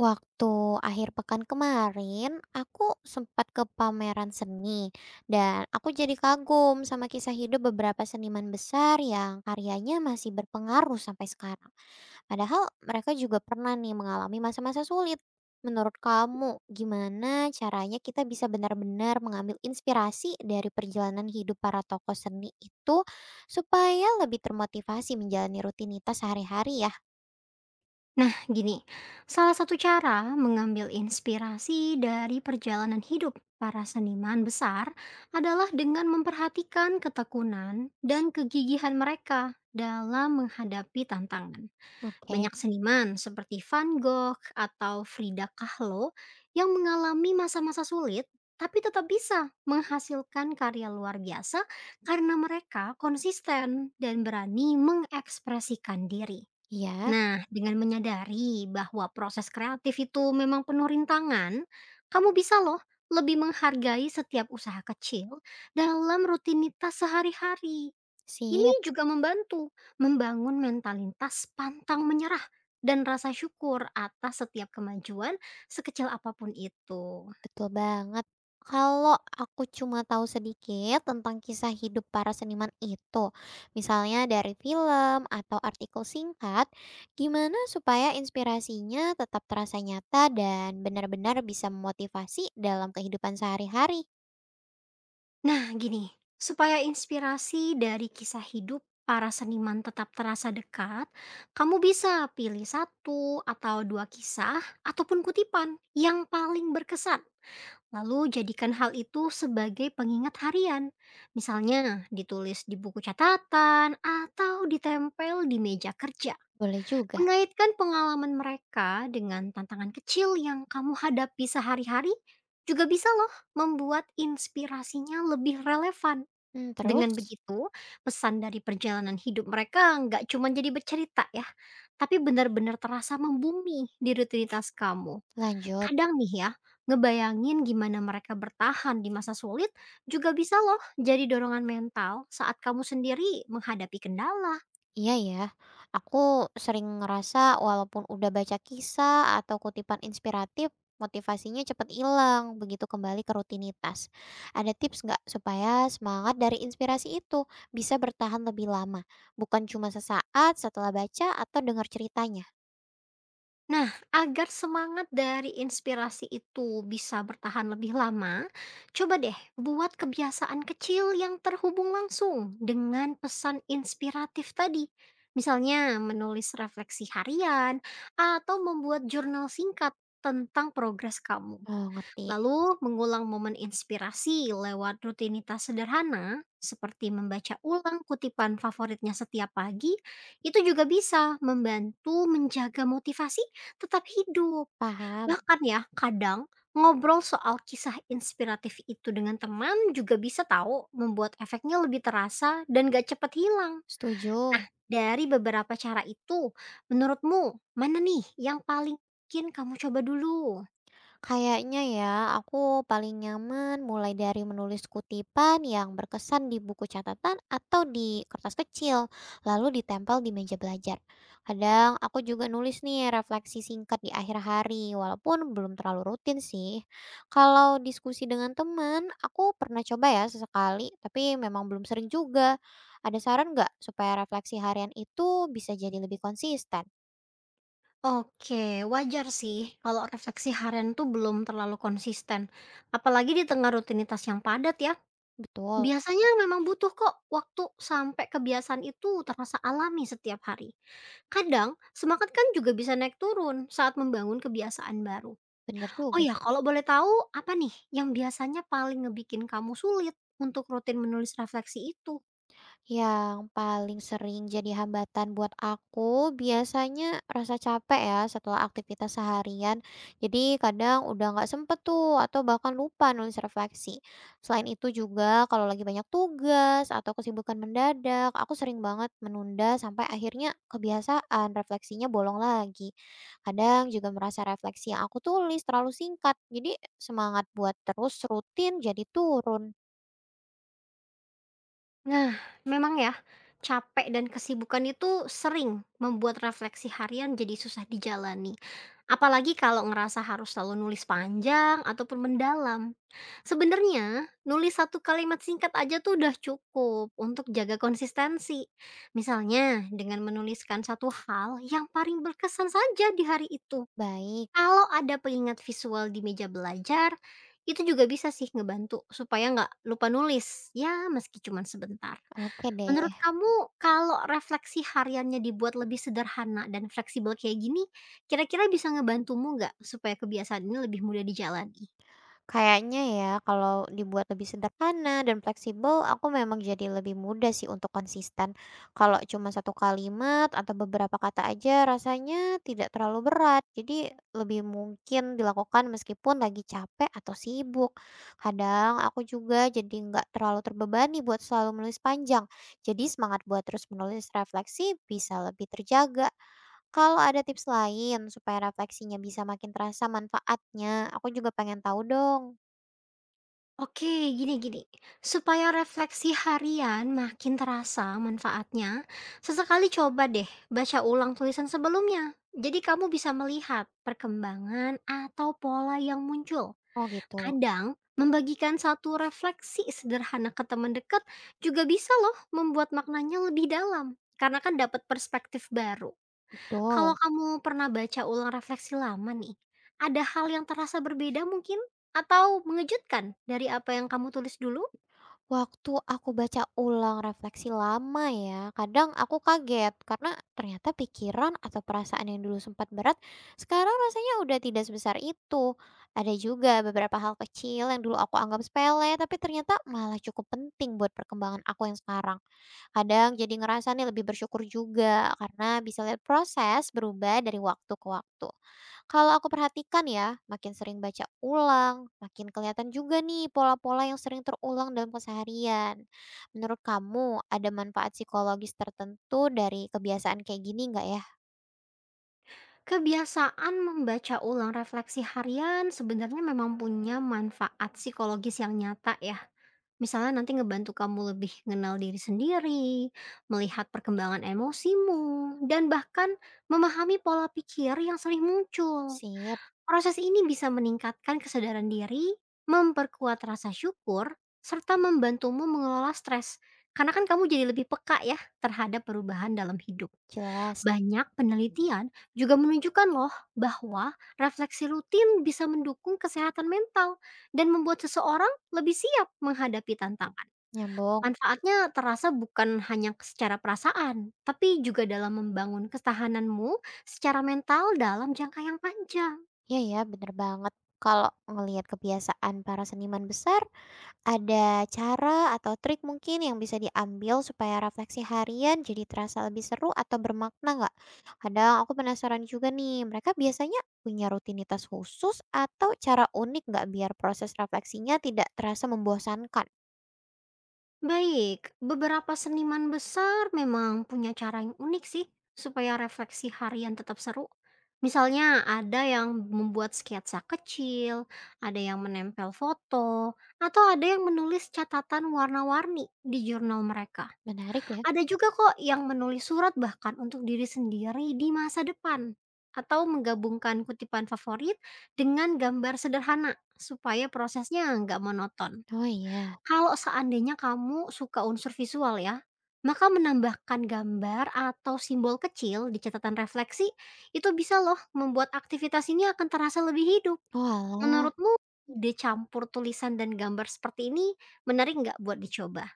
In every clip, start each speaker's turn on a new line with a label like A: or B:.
A: Waktu akhir pekan kemarin, aku sempat ke pameran seni dan aku jadi kagum sama kisah hidup beberapa seniman besar yang karyanya masih berpengaruh sampai sekarang. Padahal mereka juga pernah nih mengalami masa-masa sulit. Menurut kamu, gimana caranya kita bisa benar-benar mengambil inspirasi dari perjalanan hidup para tokoh seni itu supaya lebih termotivasi menjalani rutinitas sehari-hari ya?
B: Nah, gini, salah satu cara mengambil inspirasi dari perjalanan hidup para seniman besar adalah dengan memperhatikan ketekunan dan kegigihan mereka dalam menghadapi tantangan.
A: Oke,
B: Banyak seniman seperti Van Gogh atau Frida Kahlo yang mengalami masa-masa sulit tapi tetap bisa menghasilkan karya luar biasa karena mereka konsisten dan berani mengekspresikan diri.
A: iya.
B: Nah, dengan menyadari bahwa proses kreatif itu memang penuh rintangan, kamu bisa loh lebih menghargai setiap usaha kecil dalam rutinitas sehari-hari. Ini
A: Sip.
B: juga membantu membangun mentalitas pantang menyerah dan rasa syukur atas setiap kemajuan sekecil apapun itu.
A: Betul banget. Kalau aku cuma tahu sedikit tentang kisah hidup para seniman itu, misalnya dari film atau artikel singkat, gimana supaya inspirasinya tetap terasa nyata dan benar-benar bisa memotivasi dalam kehidupan sehari-hari?
B: Nah, gini, supaya inspirasi dari kisah hidup para seniman tetap terasa dekat, kamu bisa pilih satu atau dua kisah ataupun kutipan yang paling berkesan. Lalu jadikan hal itu sebagai pengingat harian. Misalnya ditulis di buku catatan atau ditempel di meja kerja.
A: Boleh juga.
B: Mengaitkan pengalaman mereka dengan tantangan kecil yang kamu hadapi sehari-hari juga bisa loh membuat inspirasinya lebih relevan.
A: Hmm,
B: Dengan
A: terus
B: begitu, pesan dari perjalanan hidup mereka nggak cuma jadi bercerita ya, tapi benar-benar terasa membumi di rutinitas kamu.
A: lanjut.
B: Kadang nih ya, ngebayangin gimana mereka bertahan di masa sulit juga bisa loh jadi dorongan mental saat kamu sendiri menghadapi kendala.
A: Iya ya, aku sering ngerasa walaupun udah baca kisah atau kutipan inspiratif, motivasinya cepat hilang begitu kembali ke rutinitas. Ada tips nggak supaya semangat dari inspirasi itu bisa bertahan lebih lama, bukan cuma sesaat setelah baca atau dengar ceritanya?
B: Nah, agar semangat dari inspirasi itu bisa bertahan lebih lama, coba deh buat kebiasaan kecil yang terhubung langsung dengan pesan inspiratif tadi. Misalnya menulis refleksi harian atau membuat jurnal singkat tentang progres kamu.
A: Oh, ngerti.
B: Lalu, mengulang momen inspirasi lewat rutinitas sederhana seperti membaca ulang kutipan favoritnya setiap pagi, itu juga bisa membantu menjaga motivasi tetap hidup.
A: Paham.
B: Bahkan ya, kadang ngobrol soal kisah inspiratif itu dengan teman juga bisa tahu membuat efeknya lebih terasa dan gak cepat hilang.
A: Setuju.
B: Nah, dari beberapa cara itu, menurutmu mana nih yang paling mungkin kamu coba dulu?
A: Kayaknya ya, aku paling nyaman mulai dari menulis kutipan yang berkesan di buku catatan atau di kertas kecil, lalu ditempel di meja belajar. Kadang aku juga nulis nih refleksi singkat di akhir hari, walaupun belum terlalu rutin sih. Kalau diskusi dengan teman, aku pernah coba ya sesekali, tapi memang belum sering juga. Ada saran nggak supaya refleksi harian itu bisa jadi lebih konsisten?
B: Oke, wajar sih kalau refleksi harian tuh belum terlalu konsisten, apalagi di tengah rutinitas yang padat ya.
A: Betul,
B: Biasanya memang butuh kok waktu sampai kebiasaan itu terasa alami setiap hari. Kadang, semangat kan juga bisa naik turun saat membangun kebiasaan baru.
A: bener
B: Oh
A: juga.
B: ya, kalau boleh tahu, apa nih yang biasanya paling ngebikin kamu sulit untuk rutin menulis refleksi itu?
A: Yang paling sering jadi hambatan buat aku biasanya rasa capek ya setelah aktivitas seharian. Jadi kadang udah nggak sempet tuh atau bahkan lupa nulis refleksi. Selain itu juga kalau lagi banyak tugas atau kesibukan mendadak, aku sering banget menunda sampai akhirnya kebiasaan refleksinya bolong lagi. Kadang juga merasa refleksi yang aku tulis terlalu singkat. Jadi semangat buat terus rutin jadi turun.
B: Nah, memang ya, capek dan kesibukan itu sering membuat refleksi harian jadi susah dijalani. Apalagi kalau ngerasa harus selalu nulis panjang ataupun mendalam. Sebenarnya, nulis satu kalimat singkat aja tuh udah cukup untuk jaga konsistensi. Misalnya, dengan menuliskan satu hal yang paling berkesan saja di hari itu.
A: Baik,
B: Kalau ada pengingat visual di meja belajar, itu juga bisa sih ngebantu supaya nggak lupa nulis, ya meski cuma sebentar.
A: oke
B: Menurut
A: deh.
B: kamu kalau refleksi hariannya dibuat lebih sederhana dan fleksibel kayak gini, kira-kira bisa ngebantumu nggak supaya kebiasaan ini lebih mudah dijalani?
A: Kayaknya ya kalau dibuat lebih sederhana dan fleksibel, aku memang jadi lebih mudah sih untuk konsisten. Kalau cuma satu kalimat atau beberapa kata aja rasanya tidak terlalu berat. Jadi lebih mungkin dilakukan meskipun lagi capek atau sibuk. Kadang aku juga jadi nggak terlalu terbebani buat selalu menulis panjang. Jadi semangat buat terus menulis refleksi bisa lebih terjaga. Kalau ada tips lain supaya refleksinya bisa makin terasa manfaatnya, aku juga pengen tahu dong.
B: Oke, gini-gini. Supaya refleksi harian makin terasa manfaatnya, sesekali coba deh baca ulang tulisan sebelumnya. Jadi kamu bisa melihat perkembangan atau pola yang muncul.
A: Oh gitu,
B: Kadang, membagikan satu refleksi sederhana ke teman dekat juga bisa loh membuat maknanya lebih dalam. Karena kan dapat perspektif baru. Kalau
A: betul.
B: kamu pernah baca ulang refleksi lama nih, ada hal yang terasa berbeda mungkin? Atau mengejutkan dari apa yang kamu tulis dulu?
A: Waktu aku baca ulang refleksi lama ya, kadang aku kaget karena ternyata pikiran atau perasaan yang dulu sempat berat, sekarang rasanya udah tidak sebesar itu. Ada juga beberapa hal kecil yang dulu aku anggap sepele, tapi ternyata malah cukup penting buat perkembangan aku yang sekarang. Kadang jadi ngerasa nih lebih bersyukur juga karena bisa lihat proses berubah dari waktu ke waktu. Kalau aku perhatikan ya, makin sering baca ulang, makin kelihatan juga nih pola-pola yang sering terulang dalam keseharian. Menurut kamu ada manfaat psikologis tertentu dari kebiasaan kayak gini nggak ya?
B: Kebiasaan membaca ulang refleksi harian sebenarnya memang punya manfaat psikologis yang nyata ya. Misalnya nanti ngebantu kamu lebih mengenal diri sendiri, melihat perkembangan emosimu, dan bahkan memahami pola pikir yang sering muncul.
A: Sip,
B: Proses ini bisa meningkatkan kesadaran diri, memperkuat rasa syukur, serta membantumu mengelola stres. Karena kan kamu jadi lebih peka ya terhadap perubahan dalam hidup.
A: jelas.
B: Banyak penelitian juga menunjukkan loh bahwa refleksi rutin bisa mendukung kesehatan mental dan membuat seseorang lebih siap menghadapi tantangan.
A: Nyambung.
B: Manfaatnya terasa bukan hanya secara perasaan, tapi juga dalam membangun ketahananmu secara mental dalam jangka yang panjang.
A: Ya ya, bener banget. Kalau ngelihat kebiasaan para seniman besar, ada cara atau trik mungkin yang bisa diambil supaya refleksi harian jadi terasa lebih seru atau bermakna nggak? Kadang aku penasaran juga nih, mereka biasanya punya rutinitas khusus atau cara unik nggak biar proses refleksinya tidak terasa membosankan?
B: Baik, beberapa seniman besar memang punya cara yang unik sih supaya refleksi harian tetap seru. Misalnya ada yang membuat sketsa kecil, ada yang menempel foto, atau ada yang menulis catatan warna-warni di jurnal mereka.
A: Menarik ya?
B: Ada juga kok yang menulis surat bahkan untuk diri sendiri di masa depan. Atau menggabungkan kutipan favorit dengan gambar sederhana supaya prosesnya nggak monoton.
A: Oh iya.
B: Kalau seandainya kamu suka unsur visual ya, maka menambahkan gambar atau simbol kecil di catatan refleksi itu bisa loh membuat aktivitas ini akan terasa lebih hidup.
A: Oh alah.
B: Menurutmu ide campur tulisan dan gambar seperti ini menarik nggak buat dicoba?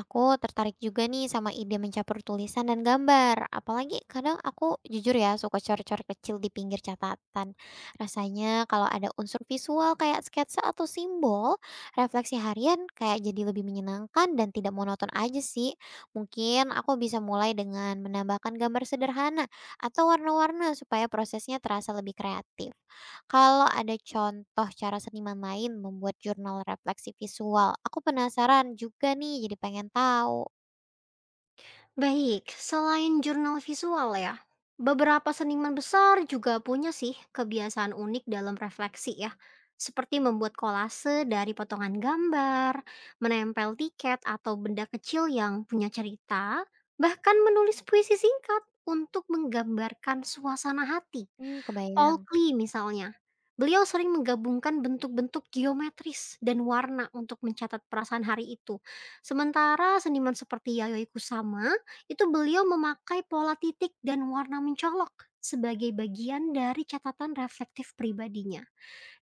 A: Aku tertarik juga nih sama ide mencampur tulisan dan gambar. Apalagi kadang aku jujur ya suka cor-cor kecil di pinggir catatan. Rasanya kalau ada unsur visual kayak sketsa atau simbol, refleksi harian kayak jadi lebih menyenangkan dan tidak monoton aja sih. Mungkin aku bisa mulai dengan menambahkan gambar sederhana atau warna-warna supaya prosesnya terasa lebih kreatif. Kalau ada contoh cara seniman lain membuat jurnal refleksi visual, aku penasaran juga nih, jadi pengen tahu.
B: Baik, selain jurnal visual ya, beberapa seniman besar juga punya sih kebiasaan unik dalam refleksi ya. Seperti membuat kolase dari potongan gambar, menempel tiket atau benda kecil yang punya cerita, bahkan menulis puisi singkat untuk menggambarkan suasana hati.
A: Hmm, kebayang.
B: Paul Klee misalnya, beliau sering menggabungkan bentuk-bentuk geometris dan warna untuk mencatat perasaan hari itu. Sementara seniman seperti Yayoi Kusama, itu beliau memakai pola titik dan warna mencolok sebagai bagian dari catatan reflektif pribadinya.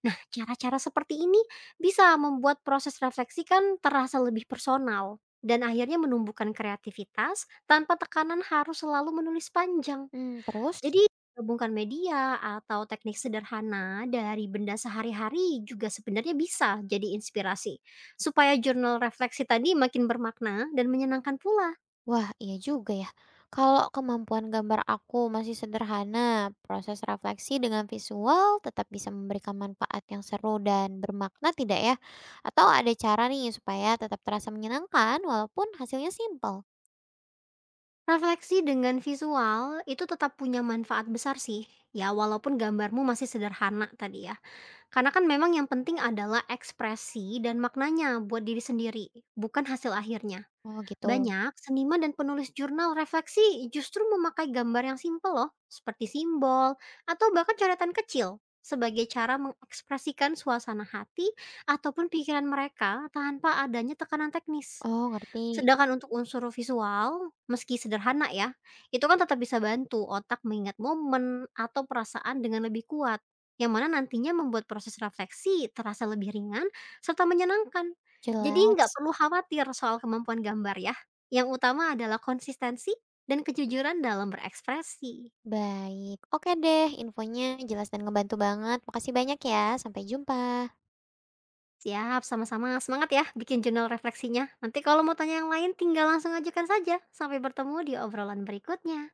B: Nah, cara-cara seperti ini bisa membuat proses refleksi kan terasa lebih personal dan akhirnya menumbuhkan kreativitas tanpa tekanan harus selalu menulis panjang.
A: Hmm, terus?
B: Jadi, gabungkan media atau teknik sederhana dari benda sehari-hari juga sebenarnya bisa jadi inspirasi, supaya jurnal refleksi tadi makin bermakna dan menyenangkan pula.
A: Wah, iya juga ya. Kalau kemampuan gambar aku masih sederhana, proses refleksi dengan visual tetap bisa memberikan manfaat yang seru dan bermakna tidak ya? Atau ada cara nih supaya tetap terasa menyenangkan walaupun hasilnya simpel?
B: Refleksi dengan visual itu tetap punya manfaat besar sih, ya walaupun gambarmu masih sederhana tadi ya. Karena kan memang yang penting adalah ekspresi dan maknanya buat diri sendiri, bukan hasil akhirnya.
A: Oh gitu.
B: Banyak seniman dan penulis jurnal refleksi justru memakai gambar yang simpel loh, seperti simbol atau bahkan coretan kecil sebagai cara mengekspresikan suasana hati ataupun pikiran mereka tanpa adanya tekanan teknis.
A: Oh, ngerti.
B: Sedangkan untuk unsur visual, meski sederhana ya, itu kan tetap bisa bantu otak mengingat momen atau perasaan dengan lebih kuat, yang mana nantinya membuat proses refleksi terasa lebih ringan serta menyenangkan. Jadi nggak
A: Jelas.
B: perlu khawatir soal kemampuan gambar ya. Yang utama adalah konsistensi dan kejujuran dalam berekspresi.
A: Baik, oke deh infonya jelas dan ngebantu banget. Makasih banyak ya, sampai jumpa.
B: Siap, sama-sama. Semangat ya bikin jurnal refleksinya. Nanti kalau mau tanya yang lain tinggal langsung ajukan saja. Sampai bertemu di obrolan berikutnya.